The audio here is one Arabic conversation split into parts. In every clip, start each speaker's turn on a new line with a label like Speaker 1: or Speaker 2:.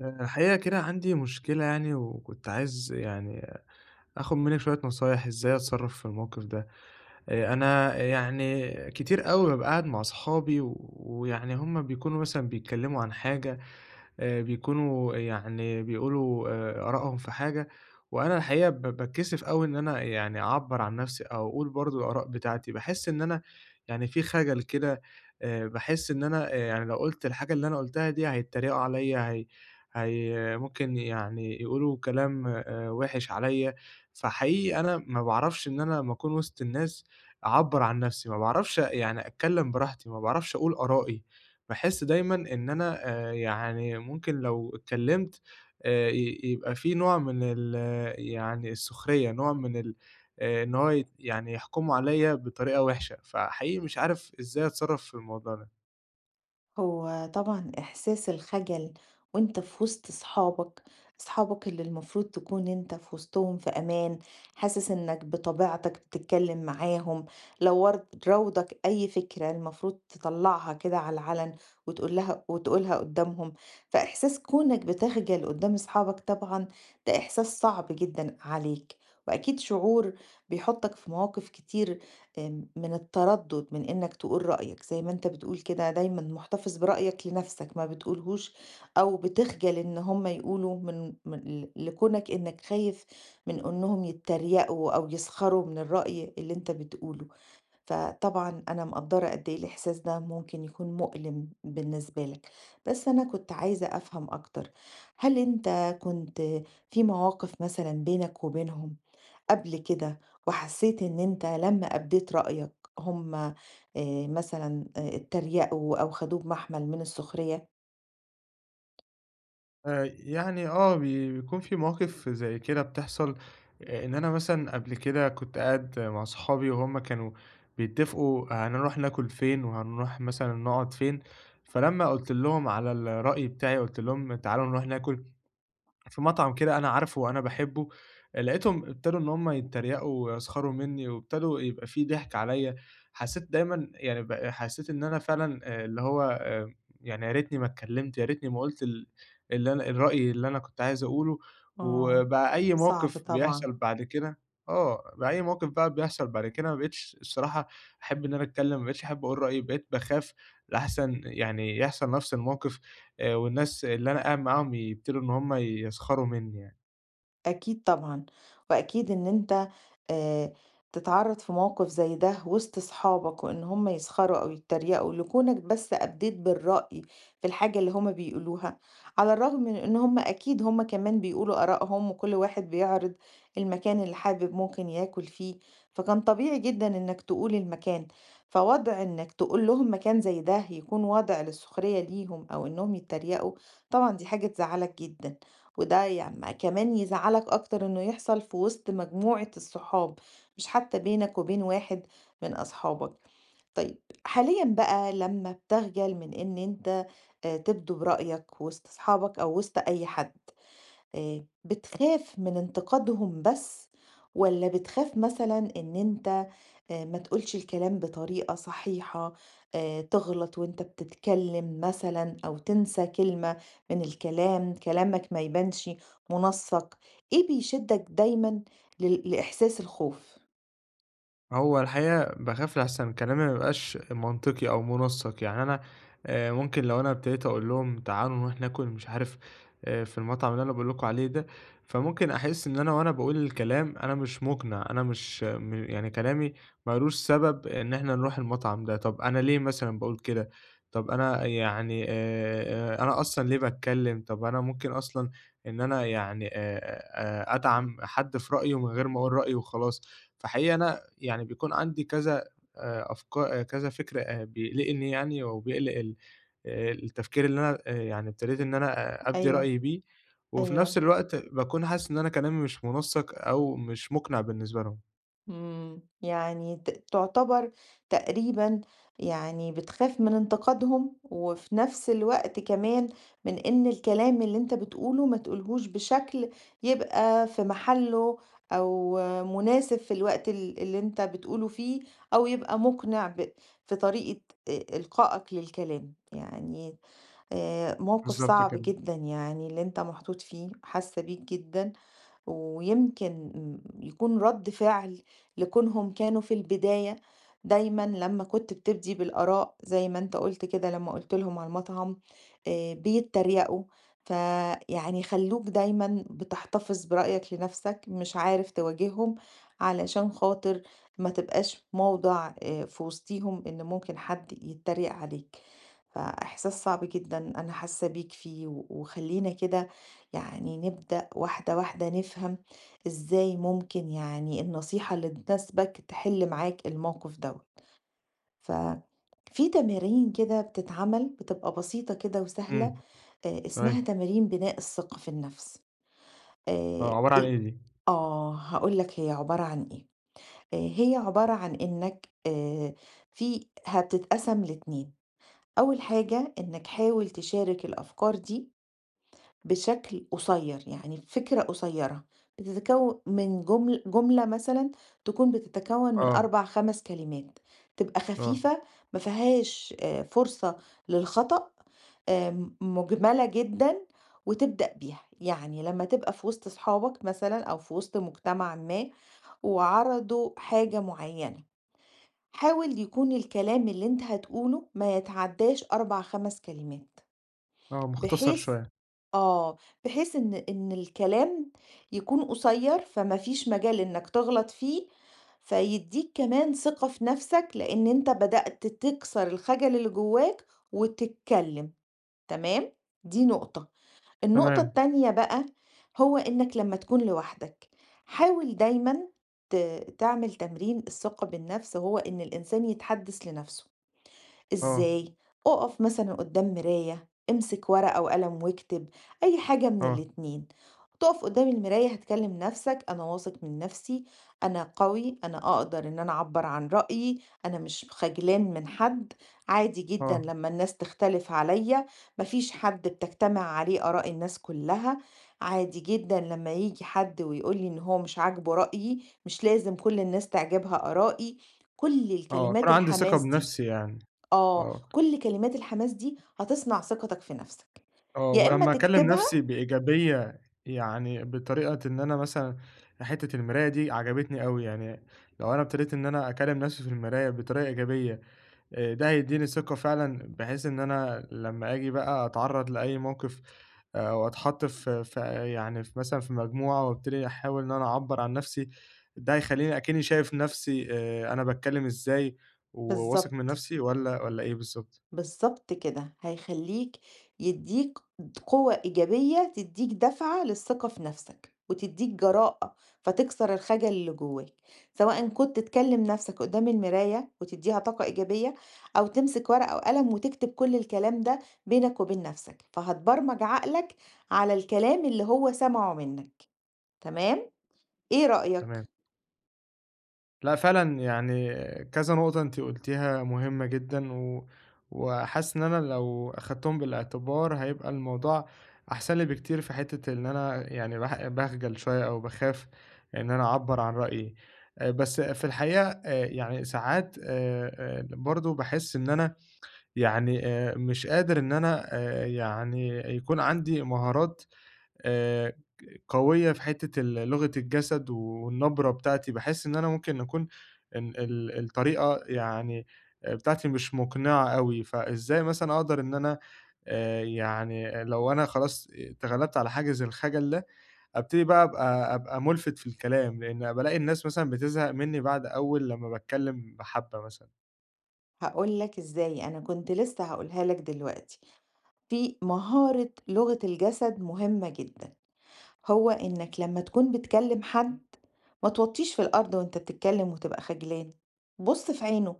Speaker 1: الحقيقة كده عندي مشكلة يعني، وكنت عايز يعني آخُد منِّك شوية نصايح إزاي أتصرّف في الموقف ده. أنا يعني كتير أوي بابقى قاعد مع أصحابي، و- ويعني هُم بيكونوا مثلًا بيتكلّموا عن حاجة. بيكونوا يعني بيقولوا آرائهم في حاجة، وأنا الحقيقة باتكسف أوي إن أنا يعني أعبّر عن نَفْسي أو أقول برضه الآراء بتاعتي، باحس إن أنا يعني في خجل كده. باحس إن أنا يعني لو قُلت الحاجة اللي أنا قُلتها دي هيتريقوا عليّا، هي ممكن يعني يقولوا كلام وِحِش عليّا، فحقيقي أنا ما باعرفش إن أنا لمّا أكون وسط الناس أعبّر عن نَفْسي، ما باعرفش يعني أتكلّم براحتي، ما باعرفش أقول آرائي. باحس دايمًا إن أنا يعني ممكن لو اتكلّمت ي يبقى في نوع من ال يعني السخرية، نوع من ال إن هو يعني يحكموا عليّا بطريقة وِحشة، فحقيقي مش عارف إزاي أتصرّف في الموضوع ده.
Speaker 2: هو طبعًا إحساس الخجل وأنت في وسط صحابك، صحابك اللي المفروض تكون أنت في وسطهم في أمان، حاسس إنك بطبيعتك بتتكلم معاهم، لو ورد راودك أي فكرة المفروض تطلعها كده على العلن وتقول لها وتقولها قدامهم، فإحساس كونك بتخجل قدام أصحابك طبعًا ده إحساس صعب جدًا عليك، وأكيد شعور بيحطك في مواقف كتير من التردُّد، من إنّك تقول رأيك، زي ما أنت بتقول كده دايمًا محتفظ برأيك لنَفْسك ما بتقولهوش، أو بتخجل إن هم يقولوا من من ل لكونك إنّك خايف من إنّهم يتّريقوا أو يسخروا من الرأي اللي أنت بتقوله. فطبعًا أنا مقدّرة قد إيه الإحساس ده ممكن يكون مؤلم بالنسبة لك. بس أنا كنت عايزة أفهم أكتر، هل أنت كنت في مواقف مثلًا بينك وبينهم قبل كده وحسيت إن أنت لمّا أبديت رأيك هم مثلًا اتريقوا أو خدوه بمحمل من السخرية؟
Speaker 1: يعني آه، بيكون في مواقف زي كده بتحصل. إن أنا مثلًا قبل كده كنت قاعد مع صحابي وهُم كانوا بيتّفقوا هنروح ناكل فين وهنروح مثلًا نقعد فين، فلمّا قُلت لهم على الرأي بتاعي، قُلت لهم تعالوا نروح ناكل في مطعم كده أنا عارفه وأنا باحبه، لقيتهم ابتدوا إن هم يتريقوا ويسخروا منّي وابتدوا يبقى في ضحك عليّا. حسّيت دايمًا يعني حسّيت إن أنا فعلًا اللي هو يعني يا ريتني ما اتكلّمت، يا ريتني ما قُلت اللي أنا الرأي اللي أنا كنت عايز أقوله،
Speaker 2: آه،
Speaker 1: وبقى أي
Speaker 2: صعب
Speaker 1: موقف
Speaker 2: طبعًا.
Speaker 1: بيحصل بعد كده. آه، بقى أي موقف بقى بيحصل بعد كده ما بقيتش الصراحة أحب إن أنا أتكلّم، ما بقيتش أحب أقول رأيي، بقيت باخاف لأحسن يعني يحصل نَفْس الموقف والناس اللي أنا قاعد معاهم يبتدوا إن هم يسخروا منّي يعني.
Speaker 2: أكيد طبعًا، وأكيد إن أنت آآ تتعرّض في موقف زي ده وسط صحابك وإن هُم يسخروا أو يتريقوا لكونك بس أدّيت بالرأي في الحاجة اللي هُم بيقولوها، على الرغم من إن هُم أكيد هُم كمان بيقولوا آرائهم وكل واحد بيعرض المكان اللي حابب ممكن ياكل فيه، فكان طبيعي جدًا إنك تقول المكان، فوضع إنك تقول لهم مكان زي ده يكون وضع للسخرية ليهم أو إنهم يتريقوا. طبعًا دي حاجة تزعّلك جدًا. وده يعني كمان يزعلك أكتر إنه يحصل في وسط مجموعة الصحاب، مش حتى بينك وبين واحد من أصحابك. طيب حاليا بقى لما بتخجل من إن أنت تبدو برأيك وسط أصحابك أو وسط أي حد، بتخاف من انتقادهم بس، والّا بتخاف مثلًا إن أنت ما تقولش الكلام بطريقة صحيحة، تغلط وأنت بتتكلم مثلًا أو تنسى كلمة من الكلام، كلامك ما يبانش منسّق، إيه بيشدّك دايمًا لإحساس الخوف؟
Speaker 1: هو الحقيقة باخاف لأحسن كلامي ما يبقاش منطقي أو منسق، يعني أنا ممكن لو أنا ابتديت أقول لهم تعالوا نروح ناكل مش عارف في المطعم اللي أنا باقول لكم عليه ده، فممكن أحس إن أنا وأنا باقول الكلام أنا مش مقنع، أنا مش م يعني كلامي ما لوش سبب إن إحنا نروح المطعم ده، طب أنا ليه مثلًا باقول كده؟ طب أنا يعني أنا أصلًا ليه باتكلم؟ طب أنا ممكن أصلًا إن أنا يعني أدعم حد في رأيه من غير ما أقول رأيي وخلاص. فحقيقي أنا يعني بيكون عندي كذا أفكا آه، كذا فكر بيقلقني يعني وبيقلق ال التفكير اللي أنا يعني ابتديت إن أنا آه، أبدي
Speaker 2: أيوه،
Speaker 1: رأيي بيه، وفي نفس
Speaker 2: أيوه.
Speaker 1: الوقت باكون حاسس إن أنا كلامي مش منسّق أو مش مقنع بالنسبة لهم.
Speaker 2: يعني تعتبر تقريبًا يعني بتخاف من انتقادهم، وفي نفس الوقت كمان من إن الكلام اللي أنت بتقوله ما تقولهوش بشكل يبقى في محله، أو مناسب في الوقت اللي أنت بتقوله فيه، أو يبقى مقنع في طريقة إ إلقائك للكلام، يعني موقف
Speaker 1: بالضبط
Speaker 2: صعب
Speaker 1: كده.
Speaker 2: جدًا يعني اللي أنت محطوط فيه، حاسة بيك جدًا. ويمكن يكون رد فعل لكونهم كانوا في البداية دايما لما كنت بتبدي بالآراء زي ما انت قلت كده لما قلت لهم على المطعم بيتريقوا، فيعني خلوك دايما بتحتفظ برأيك لنفسك مش عارف تواجههم علشان خاطر ما تبقاش موضع في وسطيهم ان ممكن حد يتريق عليك. فإحساس صعب جدًا أنا حاسة بيك فيه، وخلّينا كده يعني نبدأ واحدة واحدة نفهم إزاي ممكن يعني النصيحة اللي تناسبك تحل معاك الموقف دوّة. ففي تمارين كده بتتعمل بتبقى بسيطة كده وسهلة،
Speaker 1: إمم.
Speaker 2: اسمها
Speaker 1: أيوه.
Speaker 2: تمارين بناء الثقة في النفس.
Speaker 1: آه، عبارة عن إيه
Speaker 2: ال
Speaker 1: دي؟
Speaker 2: آه، هاقول لك هي عبارة عن إيه. هي عبارة عن إنك في هتتقسم ل2. أول حاجة إنك حاول تشارك الأفكار دي بشكل قصير، يعني فكرة قصيرة بتتكون من جملة مثلا تكون بتتكون من
Speaker 1: آه.
Speaker 2: أربع خمس كلمات، تبقى
Speaker 1: آه.
Speaker 2: خفيفة، ما فيهاش فرصة للخطأ، مجملة جدا. وتبدأ بيها يعني لما تبقى في وسط صحابك مثلا أو في وسط مجتمع ما وعرضوا حاجة معينة، حاول يكون الكلام اللي أنت هتقوله ما يتعداش 4، 5 كلمات،
Speaker 1: آه، مختصر
Speaker 2: بحيث
Speaker 1: شوية.
Speaker 2: آه، بحيث إن الكلام يكون قصير، فما فيش مجال إنك تغلط فيه، فيدّيك كمان ثقة في نفسك، لإن أنت بدأت تكسر الخجل اللي جواك وتتكلم، تمام؟ دي نقطة. النقطة
Speaker 1: تمام.
Speaker 2: التانية بقى، هو إنك لمّا تكون لوحدك، حاول دايمًا ت تعمل تمرين الثقة بالنفس، وهو إن الإنسان يتحدث لنفسه.
Speaker 1: آه.
Speaker 2: إزاي؟ أقف مثلًا قدّام مراية، امسك ورقة وقلم واكتب، أي حاجة من
Speaker 1: آه.
Speaker 2: الاتنين. هتقف قدّام المراية هتكلم نفسك: أنا واثق من نفسي، أنا قوي، أنا أقدر إن أنا أعبّر عن رأيي، أنا مش خجلان من حد، عادي جدًا
Speaker 1: آه.
Speaker 2: لمّا الناس تختلف عليَّ، ما فيش حد بتجتمع عليه آراء الناس كلها، عادي جدًا لمّا ييجي حد ويقول لي إن هو مش عاجبه رأيي، مش لازم كل الناس تعجبها آرائي، كل
Speaker 1: آه، أكون
Speaker 2: الكلمات
Speaker 1: عندي ثقة
Speaker 2: الحماس دي.
Speaker 1: بنفسي يعني.
Speaker 2: آه،
Speaker 1: آه.
Speaker 2: كل كلمات الحماس دي هتصنع ثقتك في نفسك،
Speaker 1: آه،
Speaker 2: يا إما
Speaker 1: ولمّا أكلّم نَفْسي
Speaker 2: تكتبها.
Speaker 1: بإيجابية يعني بطريقة إن أنا مثلًا حتّة المراية دي عجبتني أوي، يعني لو أنا ابتديت إن أنا أكلّم نَفْسي في المراية بطريقة إيجابية، ده هيدّيني ثقة فعلًا بحيث إن أنا لمّا آجي بقى أتعرّض لأي موقف، وأتحط في في يعني في مثلًا في مجموعة وابتدي أحاول إن أنا أعبّر عن نَفْسي، ده هيخلّيني أكنّي شايف نَفْسي، أنا باتكلّم إزاي وواثق من
Speaker 2: بالضبط،
Speaker 1: نَفْسي والّا إيه بالضبط؟
Speaker 2: بالضبط كده، هيخلّيك يدّيك قوة إيجابية تدّيك دفعة للثقة في نفسك، وتدّيك جراءة، فتكسر الخجل اللي جواك، سواء كنت تكلم نفسك قدام المراية وتدّيها طاقة إيجابية، أو تمسك ورقة وقلم وتكتب كل الكلام ده بينك وبين نفسك، فهتبرمج عقلك على الكلام اللي هو سمعه منك، تمام؟ إيه
Speaker 1: تمام.
Speaker 2: رأيك؟
Speaker 1: لأ فعلًا يعني كذا نقطة أنتِ قُلتيها مهمة جدًا، و وحاسس إن أنا لو أخدتهم بالاعتبار هيبقى الموضوع أحسن لي بكتير في حتة إن أنا يعني باخجل شوية أو باخاف إن أنا أعبّر عن رأيي. بس في الحقيقة يعني ساعات برضه باحس إن أنا يعني مش قادر إن أنا يعني يكون عندي مهارات آآ قوية في حتّة لغة الجسد والنبرة بتاعتي، باحس إن أنا ممكن أكون إن الطريقة يعني آه، بتاعتي مش مقنعة أوي، فإزاي مثلًا أقدر إن أنا يعني لو أنا خلاص اتغلبت على حاجز الخجل ده، أبتدي بقى أبقى مُلفت في الكلام، لإن بالاقي الناس مثلًا بتزهق منّي بعد أول لمّا باتكلم بحبّة مثلًا.
Speaker 2: هاقول لك إزاي، أنا كنت لسه هاقولها لك دلوقتي. في مهارة لغة الجسد مهمة جدًا، هو إنك لمّا تكون بتكلم حد ما توطيش في الأرض وأنت بتتكلم وتبقى خجلان، بُص في عينه،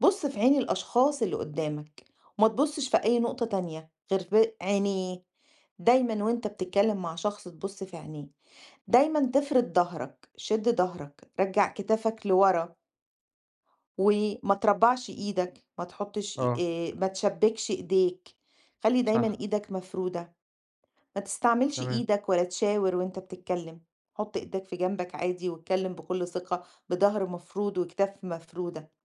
Speaker 2: بُص في عين الأشخاص اللي قدامك، وما تبصش في أي نقطة تانية غير في عينيه، دايمًا وأنت بتتكلم مع شخص تبص في عينيه. دايمًا تفرد ضهرك، شد ضهرك، رجّع كتافك لورا، وما تربّعش إيدك، ما تحُطّش إ
Speaker 1: آه،
Speaker 2: ما تشبّكش إيديك، خلّي دايمًا
Speaker 1: صح،
Speaker 2: إيدك مفرودة، ما تستعملش
Speaker 1: تمام،
Speaker 2: إيدك ولا تشاور وأنت بتتكلّم، حُط إيدك في جنبك عادي واتكلّم بكل ثقة بضهر مفرود وكتاف مفرودة.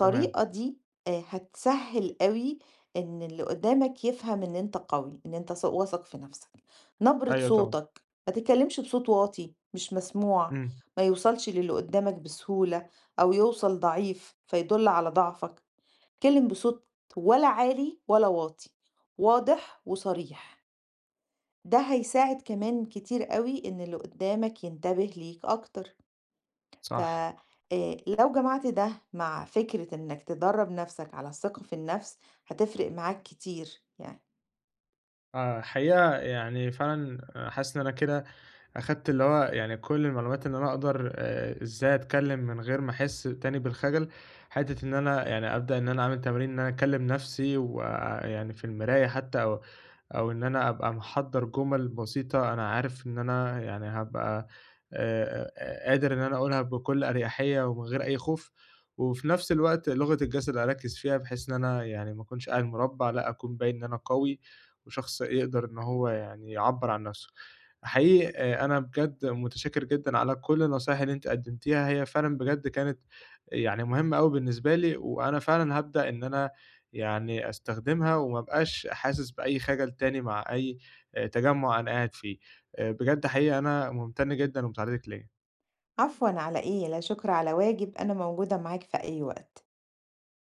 Speaker 1: تمام،
Speaker 2: دي هتسهّل أوي إن اللي قدّامك يفهم إن أنت قوي، إن أنت واثق في نفسك. نبرة
Speaker 1: أيوه طبعًا،
Speaker 2: صوتك، ما تتكلمش بصوت واطي مش مسموع،
Speaker 1: إمم،
Speaker 2: ما يوصلش للي قدّامك بسهولة أو يوصل ضعيف فيدل على ضعفك. اتكلم بصوت ولا عالي ولا واطي، واضح وصريح. ده هيساعد كمان كتير أوي إن اللي قدّامك ينتبه ليك أكتر. ف
Speaker 1: صح.
Speaker 2: لو جمعت ده مع فكرة إنك تدرّب نَفْسك على الثقة في النَفْس، هتفرق معاك كتير يعني.
Speaker 1: الحقيقة يعني فعلًا آه، حاسس إن أنا كده أخدت اللي هو يعني كل المعلومات إن أنا أقدر إزاي أتكلّم من غير ما أحس تاني بالخجل، حتّة إن أنا يعني أبدأ إن أنا أعمل تمارين إن أنا أكلّم نَفْسي ويعني في المراية حتّى أو إن أنا أبقى محضّر جُمل بسيطة أنا عارف إن أنا يعني هابقى قادر إن أنا أقولها بكل أريحية ومن غير أي خوف، وفي نفس الوقت لغة الجسد أركّز فيها بحيث إن أنا يعني ما أكونش قاعد مُربّع، لأ أكون باين إن أنا قوي وشخص يقدر إن هو يعني يعبّر عن نَفْسه. حقيقي أنا بجد متشكّر جدًا على كل النصايح اللي أنتِ قدّمتيها، هي فعلًا بجد كانت يعني مهمة أوي بالنسبة لي، وأنا فعلًا هابدأ إن أنا يعني أستخدمها وما أبقاش حاسس بأي خجل تاني مع أي تجمُّع أنا قاعد فيه. بجد حقيقي أنا مُمتَن جدًا لمساعدتِك ليّا.
Speaker 2: عفوًا على إيه، لا شكر على واجب، أنا موجودة معاك في أي وقت.